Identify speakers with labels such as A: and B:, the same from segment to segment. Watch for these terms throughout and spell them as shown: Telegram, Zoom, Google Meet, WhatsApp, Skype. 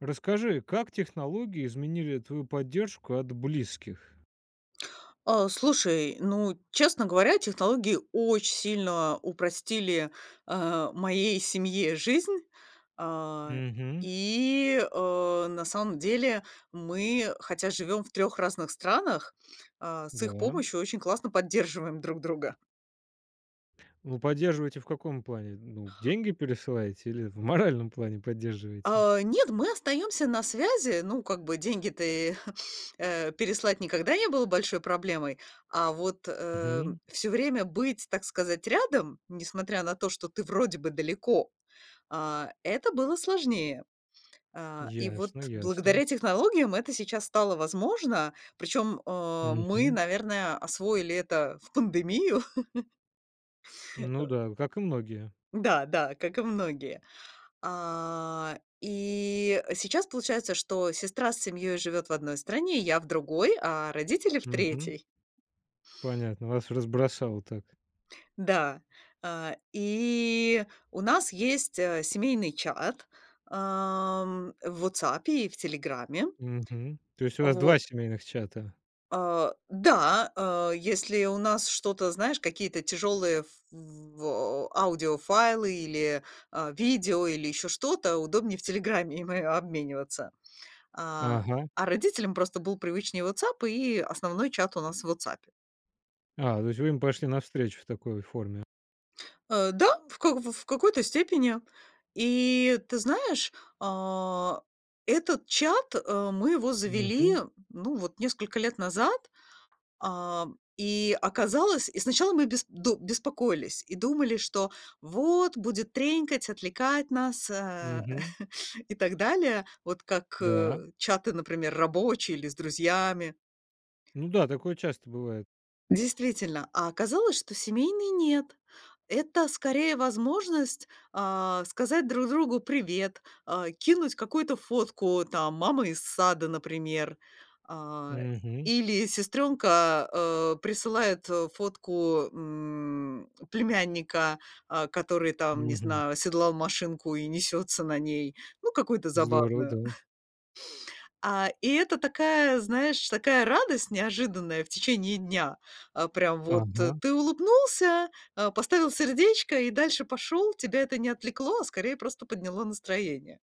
A: Расскажи, как технологии изменили твою поддержку от близких?
B: Слушай, ну, честно говоря, технологии очень сильно упростили, моей семье жизнь. А,
A: Мгм.
B: на самом деле мы, хотя живем в трех разных странах, с их
A: Да.
B: помощью очень классно поддерживаем друг друга.
A: Вы поддерживаете в каком плане? Ну, деньги пересылаете или в моральном плане поддерживаете?
B: Нет, мы остаемся на связи. Ну, как бы, деньги-то и, переслать никогда не было большой проблемой. А вот,
A: Мгм.
B: все время быть, так сказать, рядом, несмотря на то, что ты вроде бы далеко, это было сложнее. И вот
A: Ясно, ясно.
B: благодаря технологиям это сейчас стало возможно. Причем мы,
A: Мгм.
B: наверное, освоили это в пандемию.
A: Ну да, как и многие.
B: Да, да, как и многие. И сейчас получается, что сестра с семьей живет в одной стране, я в другой, а родители в
A: Мгм.
B: третьей.
A: Понятно, вас разбросало так.
B: Да. А, и у нас есть семейный чат, в WhatsApp и в "Телеграме".
A: Мгм. То есть у вас 2
B: Вот.
A: семейных чата?
B: Да, если у нас что-то, знаешь, какие-то тяжелые аудиофайлы или, видео, или еще что-то, удобнее в "Телеграме" им обмениваться. А,
A: Ага.
B: Родителям просто был привычнее "Ватсап", и основной чат у нас в "Ватсапе".
A: А, то есть вы им пошли навстречу в такой форме.
B: Да, в какой-то степени. И ты знаешь, а, этот чат, мы его
A: Мгм.
B: завели, ну, вот, несколько лет назад. А, и оказалось, и сначала мы беспокоились и думали, что вот будет тренькать, отвлекать нас,
A: Мгм.
B: и так далее. Вот как
A: Да.
B: чаты, например, рабочие или с друзьями.
A: Ну да, такое часто бывает.
B: Действительно, а оказалось, что семейный нет. Это скорее возможность, сказать друг другу "привет", кинуть какую-то фотку там мамы из сада, например. А,
A: Мгм.
B: Или сестренка, присылает, фотку, племянника, который там, не знаю, оседлал машинку и несется на ней. Ну, какую-то
A: Здорово, да.
B: забавную. И это такая, знаешь, такая радость неожиданная в течение дня. Прям вот,
A: Ага,
B: ты улыбнулся, поставил сердечко и дальше пошел. Тебя это не отвлекло, а скорее просто подняло настроение.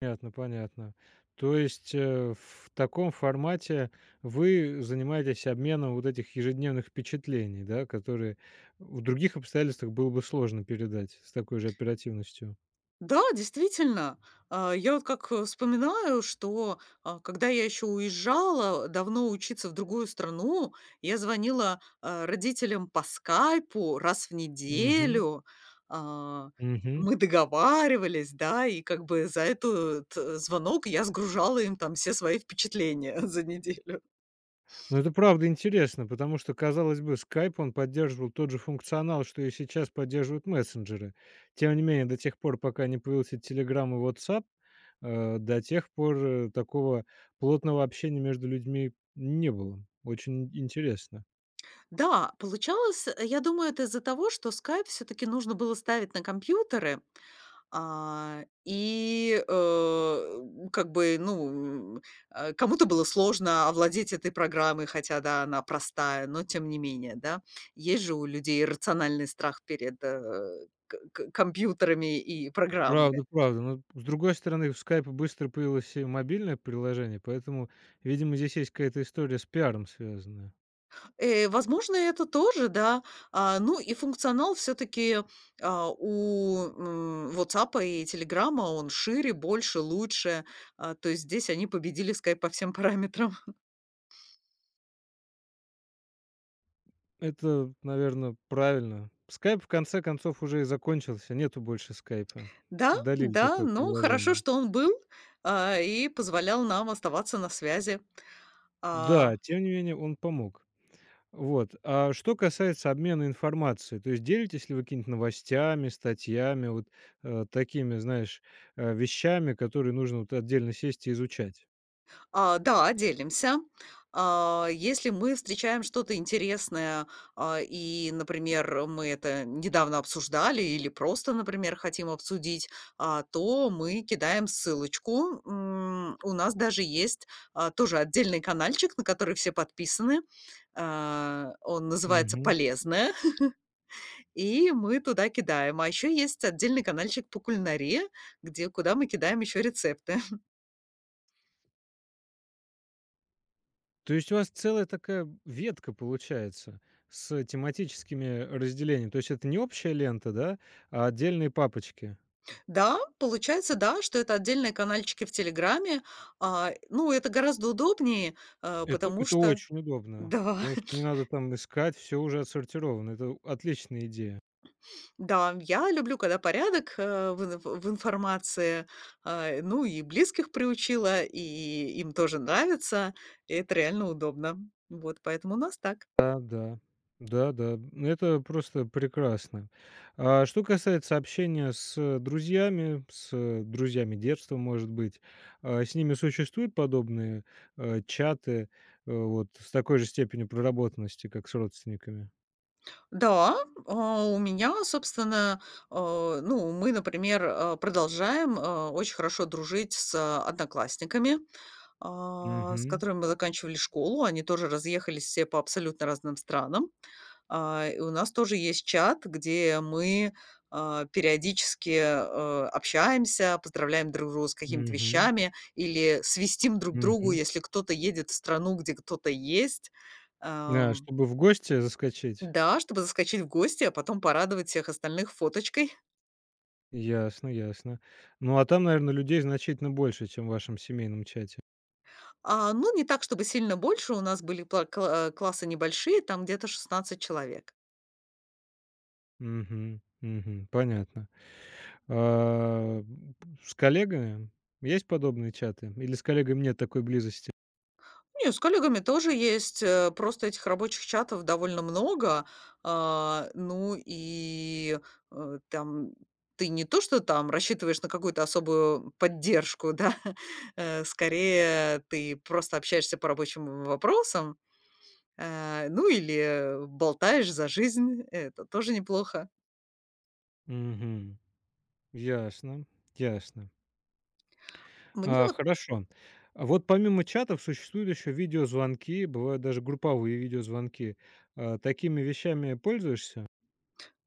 A: понятно, понятно. То есть в таком формате вы занимаетесь обменом вот этих ежедневных впечатлений, да, которые в других обстоятельствах было бы сложно передать с такой же оперативностью.
B: Да, действительно. Я вот как, вспоминаю, что, когда я еще уезжала давно учиться в другую страну, я звонила, родителям по "Скайпу" раз в
A: Угу.
B: неделю. А,
A: Мгм.
B: мы договаривались, да, и как бы за этот, звонок я сгружала им там все свои впечатления за неделю.
A: Но это правда интересно, потому что, казалось бы, Skype, он поддерживал тот же функционал, что и сейчас поддерживают мессенджеры. Тем не менее, до тех пор, пока не появился Telegram и WhatsApp, до тех пор, такого плотного общения между людьми не было. Очень интересно.
B: Да, получалось, я думаю, это из-за того, что "Скайп" все таки нужно было ставить на компьютеры. А, и, э, как бы, ну, кому-то было сложно овладеть этой программой, хотя, да, она простая, но тем не менее, да. Есть же у людей рациональный страх перед к к компьютерами и программами.
A: Правда, правда. Но, с другой стороны, в Skype быстро появилось и мобильное приложение, поэтому, видимо, здесь есть какая-то история с пиаром связанная.
B: Возможно, это тоже, да. Ну и функционал все-таки, у "Ватсапа" и "Телеграма", он шире, больше, лучше. То есть здесь они победили Skype по всем параметрам.
A: Это, наверное, правильно. "Скайп" в конце концов уже и закончился, нету больше "Скайпа".
B: Да,
A: Удалили
B: да,
A: такое
B: но хорошо,
A: приложение.
B: что он был, и позволял нам оставаться на связи. А,
A: Да, тем не менее он помог. Вот. А что касается обмена информацией, то есть делитесь ли вы какими-то новостями, статьями, вот, такими, знаешь, вещами, которые нужно вот отдельно сесть и изучать?
B: да, делимся. Если мы встречаем что-то интересное, и, например, мы это недавно обсуждали или просто, например, хотим обсудить, то мы кидаем ссылочку. У нас даже есть, тоже отдельный каналчик, на который все подписаны. Он называется
A: Мгм.
B: "Полезное". И мы туда кидаем. А еще есть отдельный каналчик по кулинарии, где куда мы кидаем еще рецепты.
A: То есть у вас целая такая ветка получается с тематическими разделениями. То есть это не общая лента, да, а отдельные папочки?
B: Да, получается, да, что это отдельные канальчики в "Телеграме". Ну, это гораздо удобнее,
A: Это
B: потому
A: это
B: что…
A: очень удобно,
B: Да,
A: потому что не надо там искать, все уже отсортировано. Это отличная идея.
B: да, я люблю, когда порядок, в информации. Ну, и близких приучила, и им тоже нравится. И это реально удобно. Вот поэтому у нас так.
A: Да-да. Да-да. Это просто прекрасно. А что касается общения с друзьями детства, может быть, с ними существуют подобные, чаты, вот с такой же степенью проработанности, как с родственниками?
B: Да, у меня, собственно, ну, мы, например, продолжаем очень хорошо дружить с одноклассниками, с
A: Угу,
B: которыми мы заканчивали школу. Они тоже разъехались все по абсолютно разным странам. И у нас тоже есть чат, где мы периодически общаемся, поздравляем друг друга с какими-то
A: угу,
B: вещами или свистим друг другу,
A: угу.
B: если кто-то едет в страну, где кто-то есть.
A: Да,
B: Ам,
A: чтобы в гости заскочить.
B: да, чтобы заскочить в гости, а потом порадовать всех остальных фоточкой.
A: Ясно, ясно. Ну, а там, наверное, людей значительно больше, чем в вашем семейном чате.
B: Ну, не так, чтобы сильно больше. У нас были классы небольшие, там где-то 16 человек.
A: Мгм, мгм. Понятно. А, с коллегами есть подобные чаты или с коллегами нет такой близости?
B: Не, с коллегами тоже есть. Просто этих рабочих чатов довольно много. Ну и там ты не то, что там рассчитываешь на какую-то особую поддержку, да, скорее ты просто общаешься по рабочим вопросам, ну или болтаешь за жизнь, это тоже неплохо.
A: Мгм. Ясно, ясно.
B: Мне
A: А,
B: вот
A: хорошо. А вот помимо чатов существуют еще видеозвонки, бывают даже групповые видеозвонки. А, такими вещами пользуешься?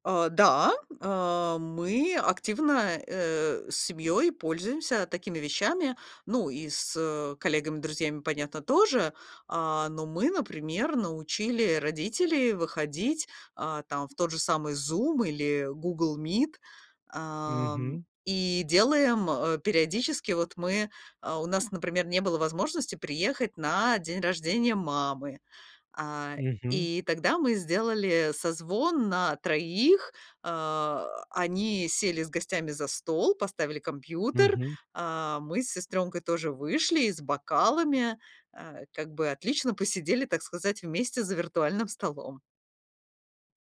B: да, мы активно, с семьей пользуемся такими вещами. Ну, и с коллегами, друзьями, понятно, тоже. Но мы, например, научили родителей выходить, там в тот же самый Zoom или Google Meet. Ам,
A: Угу,
B: и делаем, периодически вот мы, у нас, например, не было возможности приехать на день рождения мамы. А
A: угу,
B: И тогда мы сделали созвон на троих. Они сели с гостями за стол, поставили компьютер.
A: мгм.
B: Мы с сестренкой тоже вышли и с бокалами, как бы, отлично посидели, так сказать, вместе за виртуальным столом.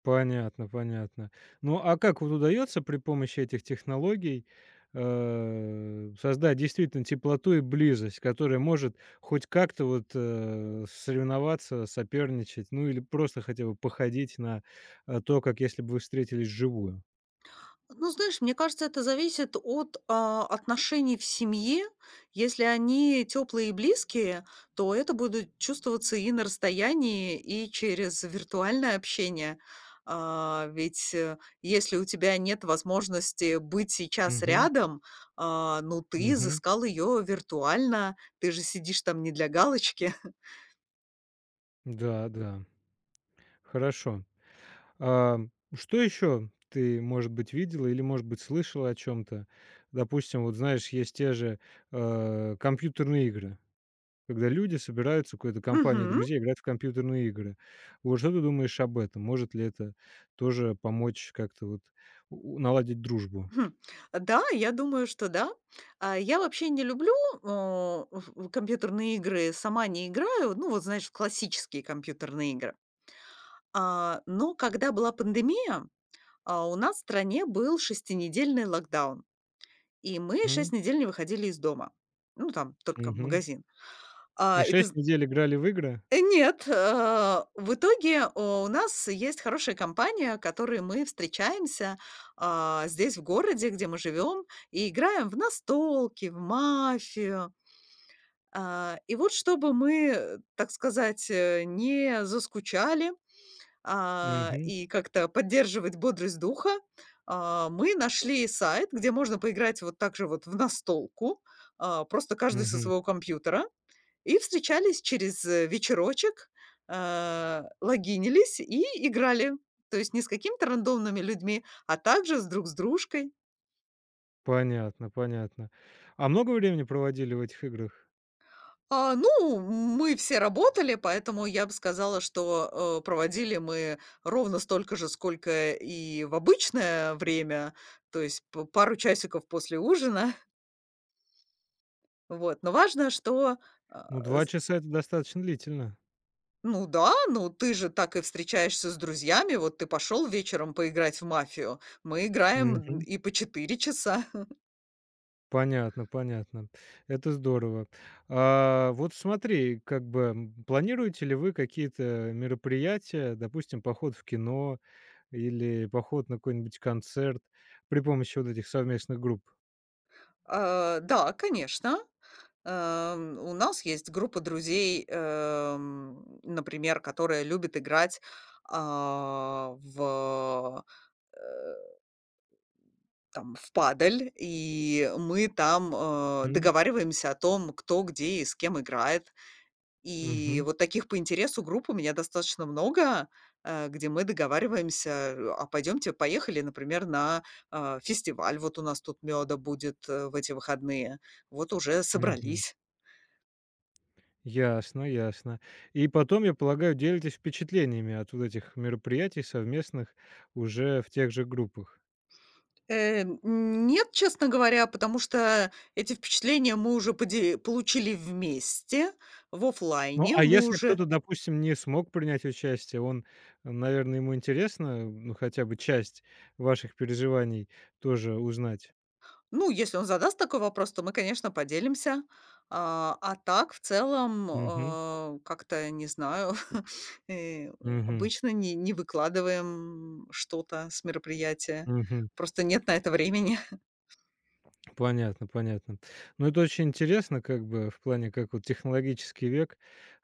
A: Понятно, понятно. Ну, а как вот удается при помощи этих технологий, создать действительно теплоту и близость, которая может хоть как-то вот, соревноваться, соперничать, ну или просто хотя бы походить на, то, как если бы вы встретились вживую?
B: Ну, знаешь, мне кажется, это зависит от отношений в семье. Если они теплые и близкие, то это будет чувствоваться и на расстоянии, и через виртуальное общение. Ведь, если у тебя нет возможности быть сейчас
A: Угу,
B: рядом, ну, ты
A: угу,
B: изыскал ее виртуально, ты же сидишь там не для галочки.
A: да, да. Хорошо. А, что еще ты, может быть, видела или, может быть, слышала о чем то. Допустим, вот знаешь, есть те же, компьютерные игры. Когда люди собираются, в какой-то компанией
B: Мгм.
A: друзей, играть в компьютерные игры. Вот что ты думаешь об этом? Может ли это тоже помочь как-то вот у наладить дружбу?
B: Хм. Да, я думаю, что да. Я вообще не люблю, в компьютерные игры, сама не играю, ну, вот, знаешь, в классические компьютерные игры. Но когда была пандемия, у нас в стране был шестинедельный локдаун, и мы
A: Мгм,
B: 6 недель не выходили из дома. Ну, там только
A: мгм.
B: магазин.
A: И
B: А, и ты
A: 6 недель играли в игры?
B: Нет, в итоге у нас есть хорошая компания, которой мы встречаемся, здесь, в городе, где мы живем, и играем в настолки, в мафию. И вот, чтобы мы, так сказать, не заскучали,
A: Мгм,
B: и как-то поддерживать бодрость духа, мы нашли сайт, где можно поиграть вот так же вот в настолку, просто каждый со
A: мгм.
B: своего компьютера. И встречались через вечерочек, логинились и играли. То есть не с какими-то рандомными людьми, а также с друг с дружкой.
A: Понятно, понятно. А много времени проводили в этих играх?
B: Ну, мы все работали, поэтому я бы сказала, что, проводили мы ровно столько же, сколько и в обычное время, то есть п пару часиков после ужина. Вот. Но важно, что,
A: Ну,
B: а,
A: 2 часа - это достаточно длительно.
B: Ну да, ну ты же так и встречаешься с друзьями. Вот ты пошел вечером поиграть в мафию. Мы играем н-
A: Мгм.
B: и по 4 часа.
A: Понятно, понятно. Это здорово. А, вот смотри, как бы, планируете ли вы какие-то мероприятия, допустим, поход в кино или поход на какой-нибудь концерт при помощи вот этих совместных групп?
B: Да, конечно. У нас есть группа друзей, например, которая любит играть, а, в там в падаль, и мы там,
A: М.
B: договариваемся о том, кто где и с кем играет. И
A: Мгм,
B: вот таких по интересу групп у меня достаточно много, где мы договариваемся: "А пойдемте, поехали, например, на, фестиваль. Вот у нас тут мёда будет, в эти выходные". Вот уже
A: мгм.
B: собрались.
A: Ясно, ясно. И потом, я полагаю, делитесь впечатлениями от вот этих мероприятий совместных уже в тех же группах?
B: Нет, честно говоря, потому что эти впечатления мы уже поде получили вместе в
A: Ну,
B: оффлайне.
A: а
B: Мы
A: если
B: уже…
A: кто-то, допустим, не смог принять участие, он, наверное, ему интересно, ну, хотя бы часть ваших переживаний тоже узнать?
B: Ну, если он задаст такой вопрос, то мы, конечно, поделимся. А так, в целом,
A: Мгм.
B: э, как-то, не знаю, э,
A: Мгм.
B: обычно не выкладываем что-то с мероприятия.
A: Мгм.
B: Просто нет на это времени.
A: Понятно, понятно. Ну, это очень интересно, как бы, в плане, как вот технологический век,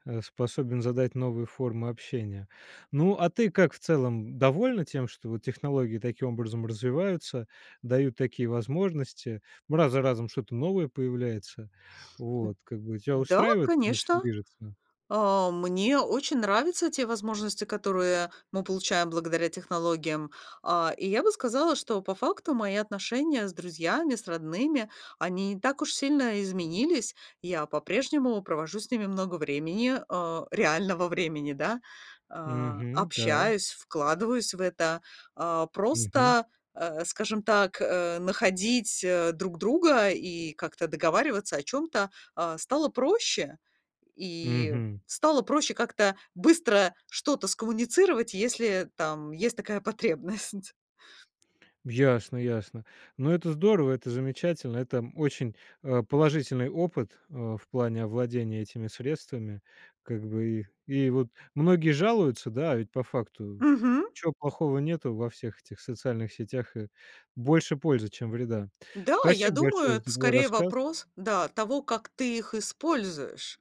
A: способен задать новые формы общения. Ну, а ты как в целом довольна тем, что вот технологии таким образом развиваются, дают такие возможности, раз за разом что-то новое появляется? Вот, как бы тебя
B: Да,
A: устраивает, всё
B: конечно.
A: движется?
B: Мне очень нравятся те возможности, которые мы получаем благодаря технологиям. И я бы сказала, что по факту мои отношения с друзьями, с родными, они не так уж сильно изменились. Я по-прежнему провожу с ними много времени, реального времени, да,
A: Мгм, да,
B: общаюсь, вкладываюсь в это.
A: мгм,
B: Просто, э, скажем так, находить друг друга и как-то договариваться о чем-то стало проще. И стало проще как-то быстро что-то скоммуницировать, если там есть такая потребность.
A: ясно, ясно. Ну, это здорово, это замечательно. Это очень, положительный опыт, в плане овладения этими средствами. Как бы и вот многие жалуются, да, а ведь по факту
B: Мгм.
A: ничего плохого нету во всех этих социальных сетях, и больше пользы, чем вреда.
B: Да, я
A: Спасибо
B: думаю,
A: большое
B: это
A: за твой
B: скорее
A: рассказ.
B: вопрос, да, того, как ты их используешь.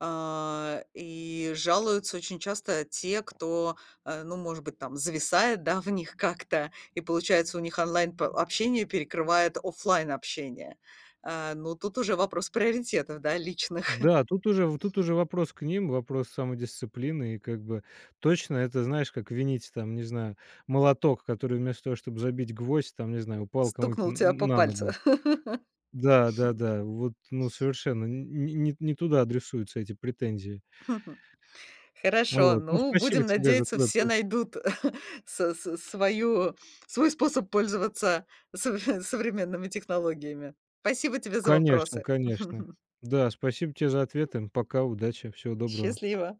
B: И жалуются очень часто те, кто, ну, может быть, там зависает, да, в них как-то, и получается у них онлайн общение перекрывает оффлайн общение. Ну, тут уже вопрос приоритетов, да, личных.
A: Да, тут уже вопрос к ним, вопрос самодисциплины. И как бы точно это, знаешь, как винить, там, не знаю, молоток, который вместо того, чтобы забить гвоздь, там, не знаю, упал кому-нибудь
B: Стукнул тебя
A: н
B: по
A: на
B: пальцу.
A: ногу. Да, да-да, вот, ну, совершенно не туда адресуются эти претензии. Ну
B: Хорошо,
A: вот. Ну,
B: ну,
A: спасибо
B: будем
A: тебе за
B: надеяться,
A: твой
B: все
A: п.
B: найдут со с свою свой способ пользоваться совре современными технологиями. Спасибо тебе за
A: Конечно,
B: вопросы.
A: конечно. Да, спасибо тебе за ответы. Пока, удачи, всего доброго.
B: Счастливо.